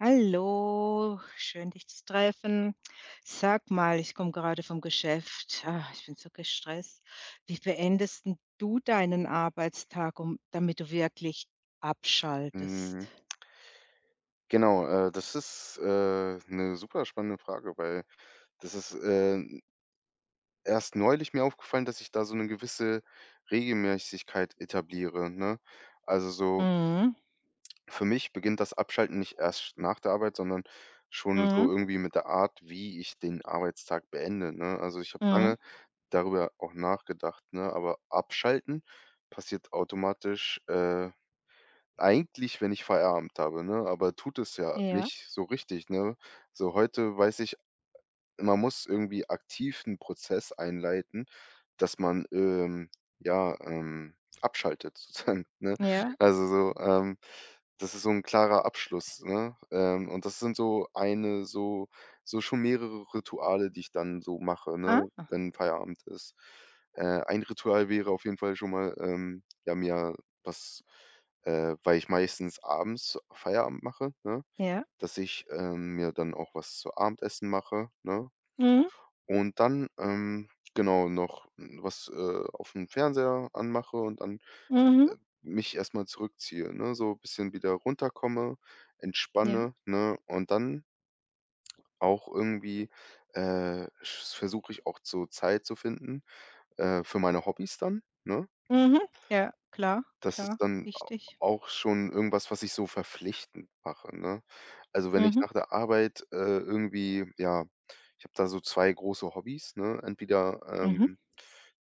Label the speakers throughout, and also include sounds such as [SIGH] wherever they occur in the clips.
Speaker 1: Hallo, schön dich zu treffen. Sag mal, ich komme gerade vom Geschäft. Ah, ich bin so gestresst. Wie beendest 'n du deinen Arbeitstag, um damit du wirklich abschaltest?
Speaker 2: Mhm. Genau, das ist, 'ne super spannende Frage, weil das ist, erst neulich mir aufgefallen, dass ich da so eine gewisse Regelmäßigkeit etabliere, ne? Also, so
Speaker 1: Mhm,
Speaker 2: für mich beginnt das Abschalten nicht erst nach der Arbeit, sondern schon
Speaker 1: mhm,
Speaker 2: so irgendwie mit der Art, wie ich den Arbeitstag beende, ne? Also, ich habe
Speaker 1: mhm.
Speaker 2: lange darüber auch nachgedacht, ne, aber abschalten passiert automatisch, eigentlich, wenn ich Feierabend habe, ne? Aber tut es ja
Speaker 1: Ja,
Speaker 2: nicht so richtig, ne? So, heute weiß ich, man muss irgendwie aktiv einen Prozess einleiten, dass man, ja, abschaltet [LAUGHS] sozusagen, ne?
Speaker 1: ja,
Speaker 2: Also, so, das ist so 'n klarer Abschluss, ne? Und das sind so eine so so schon mehrere Rituale, die ich dann so mache, ne,
Speaker 1: ah,
Speaker 2: wenn Feierabend ist. Ein Ritual wäre auf jeden Fall schon mal, ja, mir was weil ich meistens abends Feierabend mache, ne,
Speaker 1: ja,
Speaker 2: dass ich, mir dann auch was zu Abendessen mache, ne?
Speaker 1: mhm,
Speaker 2: Und dann, genau, noch was, auf dem Fernseher anmache und dann
Speaker 1: mhm,
Speaker 2: mich erstmal zurückziehe, ne? So ein bisschen wieder runterkomme,
Speaker 1: ja,
Speaker 2: entspanne, ne? Und dann auch irgendwie, äh, versuche ich auch so Zeit zu finden, für meine Hobbys dann, ne?
Speaker 1: mhm, ja, klar,
Speaker 2: Das ist
Speaker 1: klar,
Speaker 2: dann a
Speaker 1: wichtig.
Speaker 2: auch schon irgendwas, was ich so verpflichtend mache, ne? Also, wenn ich
Speaker 1: Mhm,
Speaker 2: nach der Arbeit, irgendwie ja, ich habe da so 2 große Hobbys, ne? Entweder,
Speaker 1: mhm,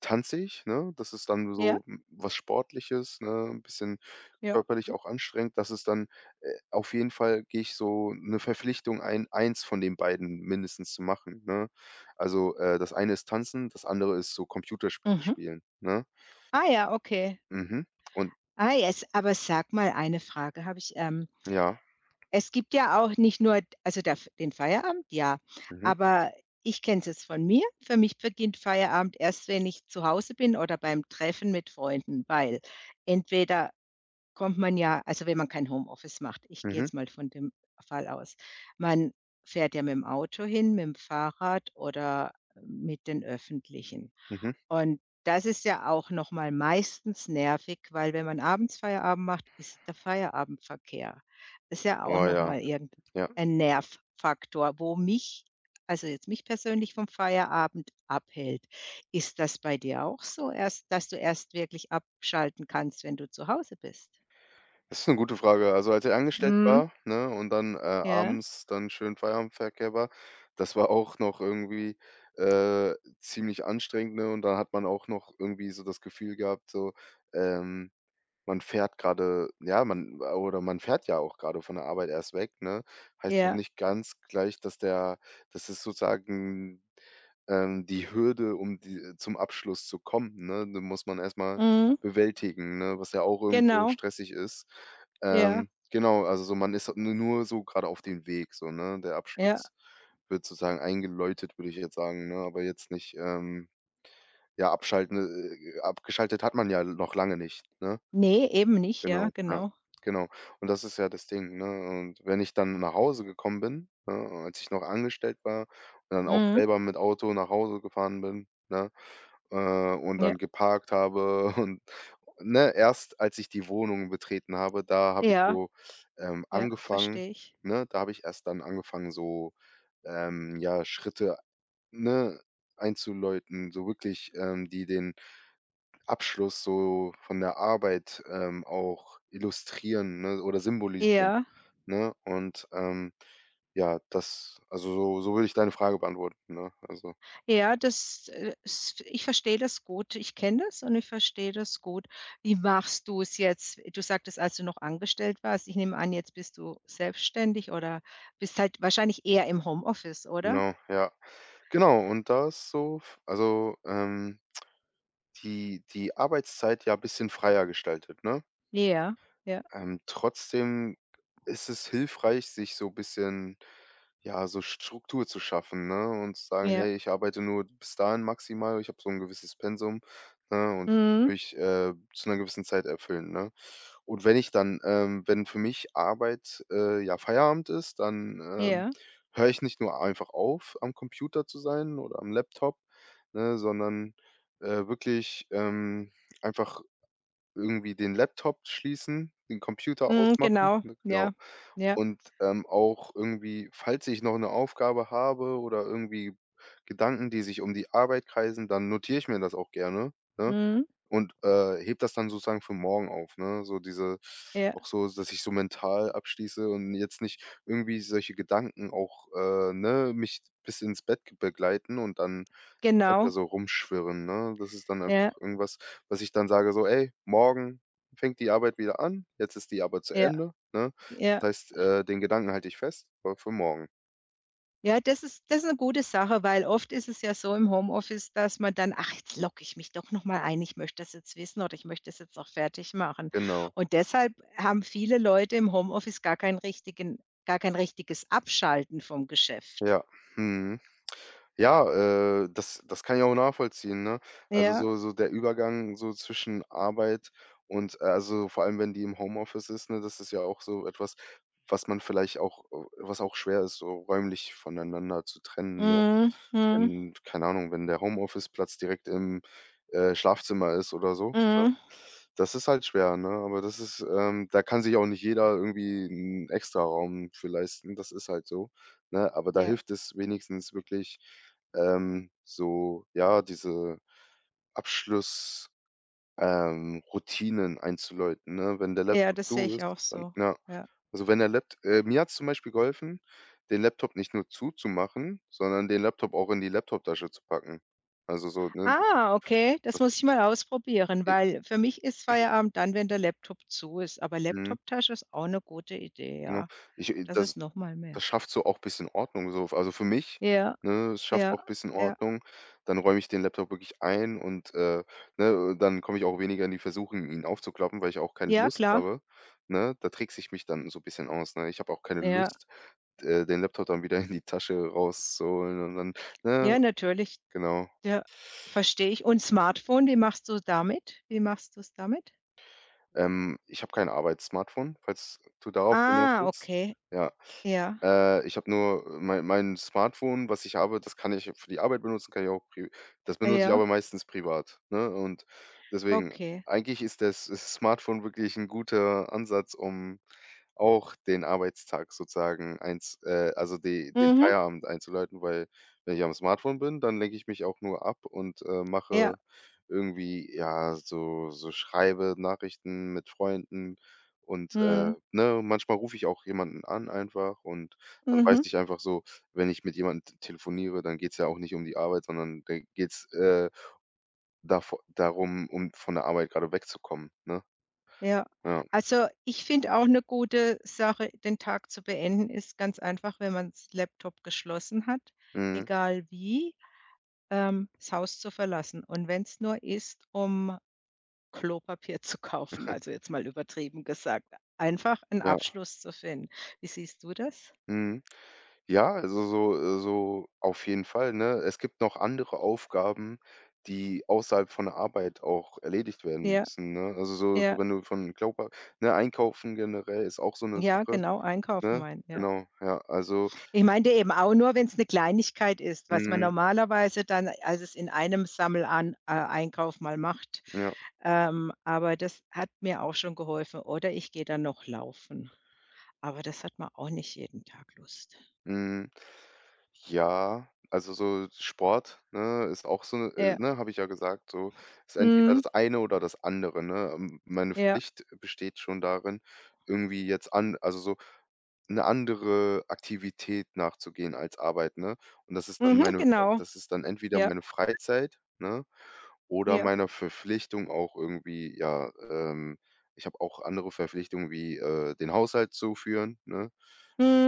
Speaker 2: tanze ich, ne? Das ist dann
Speaker 1: ja,
Speaker 2: so, was Sportliches, ne? 'N bisschen
Speaker 1: ja,
Speaker 2: körperlich
Speaker 1: ja,
Speaker 2: auch anstrengend. Das ist dann, auf jeden Fall gehe ich so eine Verpflichtung ein, eins von den beiden mindestens zu machen, ne? Also, das eine ist Tanzen, das andere ist so Computerspiele
Speaker 1: mhm.
Speaker 2: spielen, ne?
Speaker 1: Ah ja, okay.
Speaker 2: Mhm. Und
Speaker 1: Ah, jetzt aber sag mal, eine Frage habe ich,
Speaker 2: ja.
Speaker 1: es gibt ja auch nicht nur also der den Feierabend, ja,
Speaker 2: Mhm.
Speaker 1: aber ich kenne es jetzt von mir. Für mich beginnt Feierabend erst, wenn ich zu Hause bin oder beim Treffen mit Freunden, weil entweder kommt man ja also wenn man kein Homeoffice macht, ich gehe
Speaker 2: Mhm,
Speaker 1: jetzt mal von dem Fall aus. Man fährt ja mit dem Auto hin, mit dem Fahrrad oder mit den Öffentlichen.
Speaker 2: mhm.
Speaker 1: Und das ist ja auch noch mal meistens nervig, weil wenn man abends Feierabend macht, ist der Feierabendverkehr. Ist ja auch
Speaker 2: Oh
Speaker 1: noch
Speaker 2: ja,
Speaker 1: mal
Speaker 2: ja.
Speaker 1: irgendein Nervfaktor, wo mich also jetzt mich persönlich vom Feierabend abhält. Ist das bei dir auch so erst dass du erst wirklich abschalten kannst, wenn du zu Hause bist?
Speaker 2: Das ist 'ne gute Frage. Also, als ich angestellt
Speaker 1: Mhm.
Speaker 2: war, ne, und dann,
Speaker 1: Ja,
Speaker 2: abends dann schön Feierabendverkehr war, das war auch noch irgendwie, äh, ziemlich anstrengend, ne? Und da hat man auch noch irgendwie so das Gefühl gehabt, so, ähm man fährt gerade ja, man oder man fährt ja auch gerade von der Arbeit erst weg, ne? Heißt noch
Speaker 1: ja,
Speaker 2: nicht ganz gleich, dass der dass es sozusagen, die Hürde, um die zum Abschluss zu kommen, ne, die muss man erst mal
Speaker 1: mhm,
Speaker 2: bewältigen, ne, was ja auch irgendwo
Speaker 1: genau.
Speaker 2: stressig ist.
Speaker 1: Ja,
Speaker 2: Genau, also so man ist nu nur so grade auf dem Weg so, ne? Der
Speaker 1: ja.
Speaker 2: Abschluss wird sozusagen eingeläutet, würde ich jetzt sagen, ne, aber jetzt nicht, ja, abschalten abgeschaltet hat man ja noch lange nicht, ne?
Speaker 1: Nee, eben nicht, ja,
Speaker 2: Genau, ja,
Speaker 1: genau.
Speaker 2: genau. Und das ist ja das Ding, ne? Und wenn ich dann nach Hause gekommen bin, ne, als ich noch angestellt war und dann auch
Speaker 1: Mhm.
Speaker 2: selber mit Auto nach Hause gefahren bin, ne, äh, und
Speaker 1: Ja,
Speaker 2: dann geparkt habe [LAUGHS] und ne, erst als ich die Wohnung betreten habe, da habe ich
Speaker 1: ja,
Speaker 2: so,
Speaker 1: ja,
Speaker 2: angefangen
Speaker 1: verstehe ich.
Speaker 2: ne, da habe ich erst dann angefangen, so, ja, Schritte, ne, einzuläuten, so wirklich, die den Abschluss so von der Arbeit, auch illustrieren, ne, oder symbolisieren,
Speaker 1: Ja.
Speaker 2: ne? Und, ja, das also so so würde ich deine Frage beantworten, ne? Also
Speaker 1: Ja, das, s ich verstehe das gut. Ich kenne das und ich verstehe das gut. Wie machst du es jetzt? Du sagtest, als du noch angestellt warst. Ich nehme an, jetzt bist du selbstständig oder bist halt wahrscheinlich eher im Homeoffice, oder?
Speaker 2: genau, ja. Genau, und da ist so f also, die Arbeitszeit ja ein bisschen freier gestaltet, ne?
Speaker 1: Ja, ja,
Speaker 2: Trotzdem ist es hilfreich, sich so ein bisschen ja, so Struktur zu schaffen, ne? Und zu sagen:
Speaker 1: ja.
Speaker 2: „Hey, ich arbeite nur bis dahin maximal. Ich habe so ein gewisses Pensum, ne, und
Speaker 1: Mhm.
Speaker 2: will ich, zu einer gewissen Zeit erfüllen“, ne? Und wenn ich dann, wenn für mich Arbeit, ja, Feierabend ist, dann,
Speaker 1: Ja.
Speaker 2: höre ich nicht nur einfach auf, am Computer zu sein oder am Laptop, ne, sondern, wirklich, einfach irgendwie den Laptop schließen, den Computer
Speaker 1: Mhm,
Speaker 2: ausmachen,
Speaker 1: genau.
Speaker 2: ne, genau.
Speaker 1: Ja. Ja.
Speaker 2: Und, auch irgendwie, falls ich noch 'ne Aufgabe habe oder irgendwie Gedanken, die sich um die Arbeit kreisen, dann notiere ich mir das auch gerne, ne?
Speaker 1: Mhm.
Speaker 2: Und, hebe das dann sozusagen für morgen auf, ne? So diese
Speaker 1: Ja.
Speaker 2: auch so, dass ich so mental abschließe und jetzt nicht irgendwie solche Gedanken auch, ne, mich bis ins Bett g begleiten und dann
Speaker 1: Genau.
Speaker 2: Wörter so rumschwirren, ne? Das ist dann
Speaker 1: Ja,
Speaker 2: einfach irgendwas, was ich dann sage so: „Ey, morgen fängt die Arbeit wieder an, jetzt ist die Arbeit zu
Speaker 1: ja,
Speaker 2: Ende“, ne?
Speaker 1: ja.
Speaker 2: Das heißt, den Gedanken halte ich fest, aber für morgen.
Speaker 1: Ja, das ist eine gute Sache, weil oft ist es ja so im Homeoffice, dass man dann: „Ach, jetzt logge ich mich doch noch mal ein. Ich möchte das jetzt wissen oder ich möchte das jetzt auch fertig machen.“
Speaker 2: Genau.
Speaker 1: Und deshalb haben viele Leute im Homeoffice gar kein richtiges Abschalten vom Geschäft.
Speaker 2: Ja. Mhm. Ja, das kann ich auch nachvollziehen, ne? Also,
Speaker 1: Ja,
Speaker 2: so so der Übergang so zwischen Arbeit und also, vor allem, wenn die im Homeoffice ist, ne, das ist ja auch so etwas, was man vielleicht auch was auch schwer ist, so räumlich voneinander zu trennen, ne?
Speaker 1: mhm, mhm,
Speaker 2: Wenn keine Ahnung, wenn der Homeoffice-Platz direkt im, Schlafzimmer ist oder so, ne?
Speaker 1: mhm.
Speaker 2: Das ist halt schwer, ne? Aber das ist, da kann sich auch nicht jeder irgendwie 'n Extraraum für leisten. Das ist halt so, ne? Aber da
Speaker 1: Ja,
Speaker 2: hilft es wenigstens wirklich, so, ja, diese Abschluss Routinen einzuläuten, ne? Wenn der
Speaker 1: ja,
Speaker 2: Laptop
Speaker 1: das sehe
Speaker 2: zu
Speaker 1: ich
Speaker 2: ist,
Speaker 1: auch
Speaker 2: dann
Speaker 1: so,
Speaker 2: ja.
Speaker 1: ja.
Speaker 2: Also, wenn der Lapt mir hat es zum Beispiel geholfen, den Laptop nicht nur zuzumachen, sondern den Laptop auch in die Laptoptasche zu packen. Also, so, ne,
Speaker 1: Ah, okay, das
Speaker 2: das
Speaker 1: muss ich mal ausprobieren,
Speaker 2: äh,
Speaker 1: weil für mich ist Feierabend dann, wenn der Laptop zu ist, aber
Speaker 2: mhm,
Speaker 1: Laptoptasche ist auch eine gute Idee,
Speaker 2: genau.
Speaker 1: ja.
Speaker 2: Ich
Speaker 1: Das ist
Speaker 2: das
Speaker 1: noch mal mehr.
Speaker 2: das schafft so auch bisschen Ordnung so also, für mich,
Speaker 1: Ja,
Speaker 2: ne? Es schafft
Speaker 1: ja,
Speaker 2: auch bisschen
Speaker 1: ja.
Speaker 2: Ordnung. Dann räume ich den Laptop wirklich ein und, ne, dann komme ich auch weniger in die Versuchung, ihn aufzuklappen, weil ich auch keine
Speaker 1: Ja,
Speaker 2: Lust
Speaker 1: klar.
Speaker 2: habe, ne? Da trickse ich mich dann so ein bisschen aus, ne? Ich habe auch keine
Speaker 1: Ja,
Speaker 2: Lust, den Laptop dann wieder in die Tasche rauszuholen und dann, ne?
Speaker 1: ja, natürlich.
Speaker 2: Genau.
Speaker 1: Ja, verstehe ich. Und Smartphone, wie machst du damit? Wie machst du es damit?
Speaker 2: Ich habe kein Arbeitssmartphone, falls du darauf hinaus
Speaker 1: Ah,
Speaker 2: willst.
Speaker 1: okay.
Speaker 2: Ja.
Speaker 1: Ja,
Speaker 2: Ich habe nur mein Smartphone, was ich habe, das kann ich für die Arbeit benutzen, kann ich auch pri das benutze ich
Speaker 1: ja,
Speaker 2: aber meistens privat, ne? Und deswegen,
Speaker 1: okay.
Speaker 2: eigentlich ist das Smartphone wirklich 'n guter Ansatz, um auch den Arbeitstag sozusagen einz also de den
Speaker 1: Mhm.
Speaker 2: Feierabend einzuleiten, weil wenn ich am Smartphone bin, dann lenke ich mich auch nur ab und,
Speaker 1: Ja,
Speaker 2: mache irgendwie, ja, so schreibe Nachrichten mit Freunden und,
Speaker 1: mhm,
Speaker 2: ne, manchmal rufe ich auch jemanden an einfach und dann weiß
Speaker 1: mhm,
Speaker 2: ich einfach so, wenn ich mit jemandem telefoniere, dann geht's ja auch nicht um die Arbeit, sondern da geht's, davor darum, um von der Arbeit gerade wegzukommen, ne?
Speaker 1: ja.
Speaker 2: Ja.
Speaker 1: Also, ich finde auch eine gute Sache, den Tag zu beenden, ist ganz einfach, wenn man man's Laptop geschlossen hat,
Speaker 2: Mhm.
Speaker 1: egal wie, das Haus zu verlassen. Und wenn es nur ist, um Klopapier zu kaufen, also jetzt mal übertrieben gesagt. Einfach einen
Speaker 2: Ja.
Speaker 1: Abschluss zu finden. Wie siehst du das?
Speaker 2: Mhm. Ja, also so so auf jeden Fall, ne? Es gibt noch andere Aufgaben, die außerhalb von der Arbeit auch erledigt werden
Speaker 1: Ja,
Speaker 2: müssen, ne? Also so so
Speaker 1: ja,
Speaker 2: wenn du von Körper ne, einkaufen generell ist auch so eine
Speaker 1: ja,
Speaker 2: Sache,
Speaker 1: genau, einkaufen
Speaker 2: ne?
Speaker 1: meinen, ja.
Speaker 2: Genau, ja, also
Speaker 1: Ich meinte eben auch nur, wenn es eine Kleinigkeit ist, was man
Speaker 2: mhm,
Speaker 1: normalerweise dann alles in einem Sammelan Einkauf mal macht.
Speaker 2: ja.
Speaker 1: Aber das hat mir auch schon geholfen. Oder ich gehe dann noch laufen, aber das hat man auch nicht jeden Tag Lust.
Speaker 2: Hm, ja, also, so Sport, ne, ist auch so 'ne
Speaker 1: Ja,
Speaker 2: ne, habe ich ja gesagt, so, ist entweder
Speaker 1: mhm,
Speaker 2: das eine oder das andere, ne? Meine
Speaker 1: ja,
Speaker 2: Pflicht besteht schon darin, irgendwie jetzt an also, so 'ne andere Aktivität nachzugehen als Arbeit, ne? Und das ist dann
Speaker 1: mhm,
Speaker 2: meine
Speaker 1: genau,
Speaker 2: das ist dann entweder
Speaker 1: ja,
Speaker 2: meine Freizeit, ne, oder
Speaker 1: ja,
Speaker 2: meiner Verpflichtung auch irgendwie, ja, ich habe auch andere Verpflichtungen wie, den Haushalt zu führen, ne?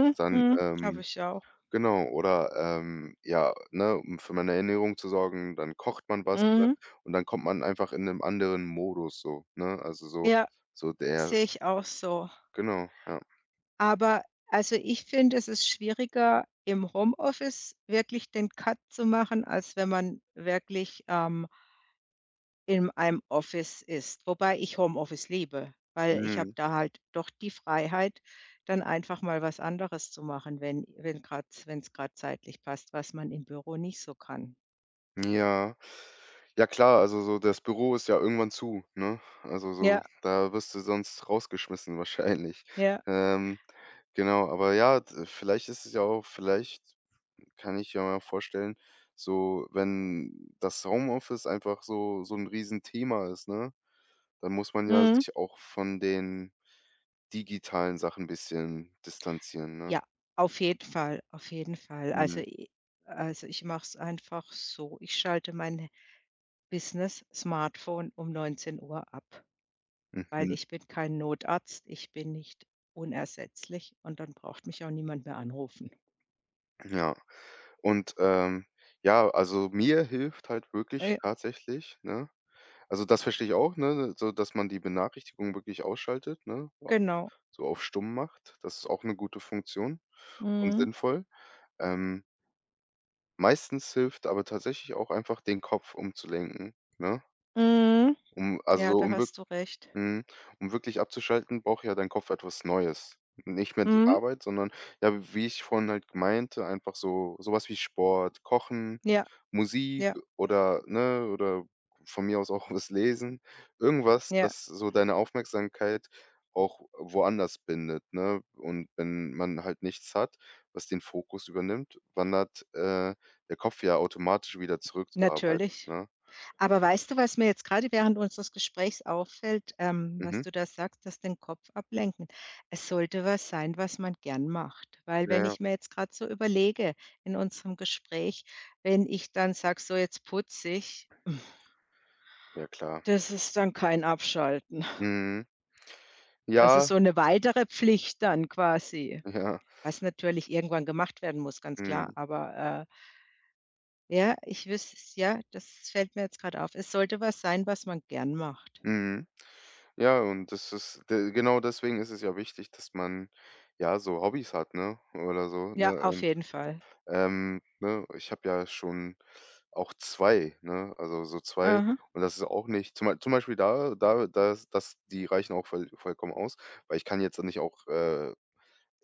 Speaker 2: Das ist dann,
Speaker 1: mhm, habe ich auch.
Speaker 2: genau, oder, ja, ne, um für meine Ernährung zu sorgen, dann kocht man was, ne?
Speaker 1: Mhm.
Speaker 2: Und dann kommt man einfach in 'nem anderen Modus so, ne? Also, so
Speaker 1: Ja,
Speaker 2: so der
Speaker 1: sehe ich auch so.
Speaker 2: genau, ja.
Speaker 1: Aber also ich finde, es ist schwieriger, im Homeoffice wirklich den Cut zu machen, als wenn man wirklich, in einem Office ist. Wobei ich Homeoffice liebe, weil ich habe
Speaker 2: Mhm.
Speaker 1: da halt doch die Freiheit, dann einfach mal was anderes zu machen, wenn es gerade zeitlich passt, was man im Büro nicht so kann.
Speaker 2: Ja. Ja klar, also, so das Büro ist ja irgendwann zu, ne? Also, so
Speaker 1: Ja,
Speaker 2: da wirst du sonst rausgeschmissen [LAUGHS] wahrscheinlich.
Speaker 1: ja.
Speaker 2: Ähm, genau, aber ja, d vielleicht ist es ja auch vielleicht kann ich ja mal vorstellen, so wenn das Homeoffice einfach so so 'n Riesenthema ist, ne? Dann muss man ja
Speaker 1: Mhm.
Speaker 2: sich auch von den digitalen Sachen 'n bisschen distanzieren, ne?
Speaker 1: Ja, auf jeden Fall, auf jeden Fall. Also,
Speaker 2: Mhm.
Speaker 1: i also, ich mache es einfach so, ich schalte mein Business-Smartphone um 19:00 Uhr ab, weil
Speaker 2: Mhm.
Speaker 1: ich bin kein Notarzt, ich bin nicht unersetzlich und dann braucht mich auch niemand mehr anrufen.
Speaker 2: Ja. Und, ja, also mir hilft halt wirklich
Speaker 1: Äh,
Speaker 2: tatsächlich, ne also das verstehe ich auch, ne, so dass man die Benachrichtigungen wirklich ausschaltet, ne,
Speaker 1: genau.
Speaker 2: so auf stumm macht. Das ist auch 'ne gute Funktion und
Speaker 1: Mhm.
Speaker 2: sinnvoll. Ähm, meistens hilft aber tatsächlich auch einfach, den Kopf umzulenken, ne?
Speaker 1: Mhm.
Speaker 2: Um
Speaker 1: Ja,
Speaker 2: also,
Speaker 1: da
Speaker 2: um wirk
Speaker 1: hast du recht.
Speaker 2: Mhm. Um wirklich abzuschalten, braucht ja dein Kopf etwas Neues. Nicht mehr die
Speaker 1: Mhm.
Speaker 2: Arbeit, sondern ja, wie ich vorhin halt meinte, einfach so sowas wie Sport, Kochen,
Speaker 1: Ja,
Speaker 2: Musik
Speaker 1: ja,
Speaker 2: oder ne, oder von mir aus auch [LAUGHS] was lesen. Irgendwas,
Speaker 1: ja.
Speaker 2: das so deine Aufmerksamkeit auch woanders bindet, ne? Und wenn man halt nichts hat, was den Fokus übernimmt, wandert, der Kopf ja automatisch wieder zurück zur Arbeit,
Speaker 1: Natürlich.
Speaker 2: ne?
Speaker 1: Aber weißt du, was mir jetzt gerade während unseres Gesprächs auffällt, was
Speaker 2: Mhm.
Speaker 1: du da sagst, dass den Kopf ablenken? Es sollte was sein, was man gern macht, weil
Speaker 2: Ja,
Speaker 1: wenn
Speaker 2: ja.
Speaker 1: ich mir jetzt gerade so überlege in unserem Gespräch, wenn ich dann sage: „So, jetzt putze ich“,
Speaker 2: Ja, klar.
Speaker 1: das ist dann kein Abschalten. [LAUGHS]
Speaker 2: Mhm.
Speaker 1: Also,
Speaker 2: Ja,
Speaker 1: so eine weitere Pflicht dann quasi,
Speaker 2: ja.
Speaker 1: was natürlich irgendwann gemacht werden muss, ganz klar.
Speaker 2: Mhm.
Speaker 1: Aber, ja, ich wüsste es ja, das fällt mir jetzt gerade auf. Es sollte was sein, was man gern macht.
Speaker 2: Mhm. Ja, und das ist de genau deswegen ist es ja wichtig, dass man, ja, so Hobbys hat, ne, oder so,
Speaker 1: Ja,
Speaker 2: ne?
Speaker 1: auf
Speaker 2: Und,
Speaker 1: jeden Fall.
Speaker 2: ne, ich habe ja schon auch 2 ne? Also, so zwei
Speaker 1: Mhm.
Speaker 2: und das ist auch nicht zum Bei zum Beispiel da da das das die reichen auch voll vollkommen aus, weil ich kann jetzt nicht auch,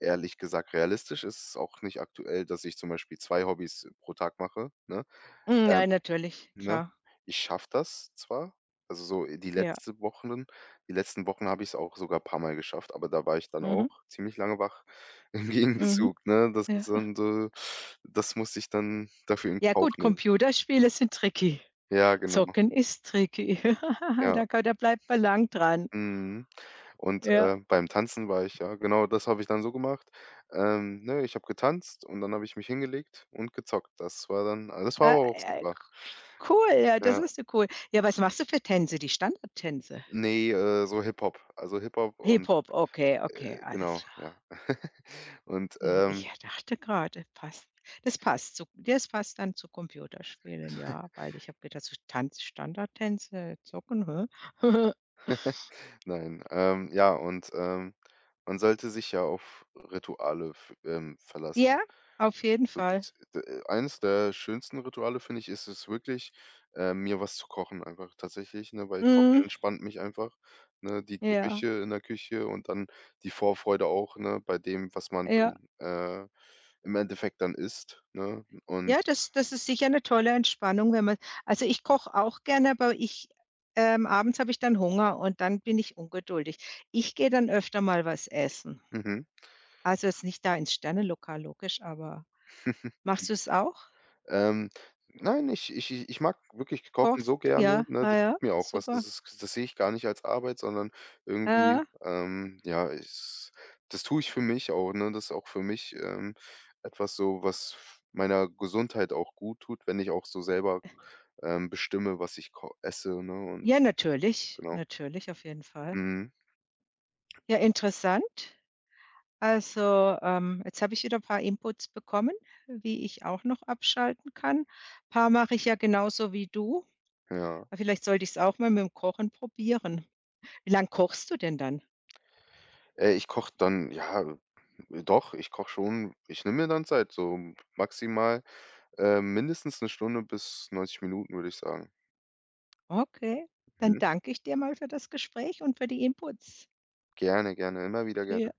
Speaker 2: ehrlich gesagt, realistisch ist es auch nicht aktuell, dass ich zum Beispiel 2 Hobbys pro Tag mache, ne?
Speaker 1: Hm,
Speaker 2: Ähm
Speaker 1: nein, natürlich,
Speaker 2: ne?
Speaker 1: klar.
Speaker 2: Ich schaffe das zwar, also so
Speaker 1: Ja.
Speaker 2: die letzten Wochen habe ich es auch sogar ein paar Mal geschafft, aber da war ich dann auch
Speaker 1: Mhm,
Speaker 2: ziemlich lange wach [LAUGHS] im
Speaker 1: mhm.
Speaker 2: Gegenzug, ne? Das ist
Speaker 1: Ja.
Speaker 2: dann so das musste ich dann dafür in
Speaker 1: Ja
Speaker 2: Kauf
Speaker 1: gut,
Speaker 2: nehmen.
Speaker 1: Computerspiele sind tricky.
Speaker 2: Ja, genau.
Speaker 1: Zocken ist tricky. [LAUGHS]
Speaker 2: Ja,
Speaker 1: Da ka da bleibt man lang dran.
Speaker 2: mhm. Und,
Speaker 1: Ja,
Speaker 2: beim Tanzen war ich ja genau, das habe ich dann so gemacht. Ne, ich habe getanzt und dann habe ich mich hingelegt und gezockt. Das war dann das war
Speaker 1: äh,
Speaker 2: aber auch
Speaker 1: äh,
Speaker 2: super.
Speaker 1: cool, ja, das
Speaker 2: Ja,
Speaker 1: ist ja cool. Ja, was machst du für Tänze? Die Standardtänze?
Speaker 2: ne, so Hip-Hop. Also Hip-Hop und
Speaker 1: Hip-Hop, okay, okay, alles
Speaker 2: Genau,
Speaker 1: klar.
Speaker 2: ja. [LAUGHS] Und,
Speaker 1: I ich dachte gerade, passt das passt dann zu Computerspielen, ja,
Speaker 2: [LAUGHS]
Speaker 1: weil ich habe gedacht, so Tanz Standardtänze, Zocken, hä? [LAUGHS]
Speaker 2: nein, ja, und, man sollte sich ja auf Rituale f verlassen.
Speaker 1: Ja, auf jeden
Speaker 2: So
Speaker 1: Fall.
Speaker 2: das d eines der schönsten Rituale, finde ich, ist es wirklich, mir was zu kochen einfach tatsächlich, ne, weil Kochen
Speaker 1: Mhm.
Speaker 2: entspannt mich einfach, ne? Die
Speaker 1: Ja,
Speaker 2: Gerüche in der Küche und dann die Vorfreude auch, ne, bei dem, was man
Speaker 1: ja.
Speaker 2: dann, äh, im Endeffekt dann isst, ne? Und
Speaker 1: Ja, das das ist sicher eine tolle Entspannung, wenn man also, ich koche auch gerne, aber ich abends habe ich dann Hunger und dann bin ich ungeduldig. Ich gehe dann öfter mal was essen.
Speaker 2: mhm.
Speaker 1: Also, jetzt nicht da ins Sternenlokal, logisch, aber
Speaker 2: [LAUGHS]
Speaker 1: machst du es auch?
Speaker 2: Ähm, nein, ich mag wirklich Kochen
Speaker 1: Kochst
Speaker 2: so
Speaker 1: du? Ja,
Speaker 2: gerne, ne?
Speaker 1: ah
Speaker 2: Das
Speaker 1: ja,
Speaker 2: gibt mir auch was.
Speaker 1: super.
Speaker 2: Das ist das sehe ich gar nicht als Arbeit, sondern
Speaker 1: Ja.
Speaker 2: irgendwie, ja, es das tue ich für mich auch, ne? Das ist auch für mich, etwas so, was meiner Gesundheit auch gut tut, wenn ich auch so selber, bestimme, was ich ko esse, ne? Und
Speaker 1: Ja, natürlich,
Speaker 2: genau.
Speaker 1: natürlich, auf jeden Fall.
Speaker 2: Mhm,
Speaker 1: Ja, interessant. Also, jetzt habe ich wieder ein paar Inputs bekommen, wie ich auch noch abschalten kann. Paar mache ich ja genauso wie du.
Speaker 2: ja.
Speaker 1: Ah, vielleicht sollte ich es auch mal mit dem Kochen probieren. Wie lange kochst du denn dann?
Speaker 2: Ich koche dann ja, doch, ich koche schon ich nehme mir dann Zeit, so maximal mindestens eine Stunde bis 90 Minuten, würde ich sagen.
Speaker 1: Okay, dann
Speaker 2: Mhm.
Speaker 1: danke ich dir mal für das Gespräch und für die Inputs.
Speaker 2: Gerne, gerne, immer wieder
Speaker 1: Ja.
Speaker 2: gerne.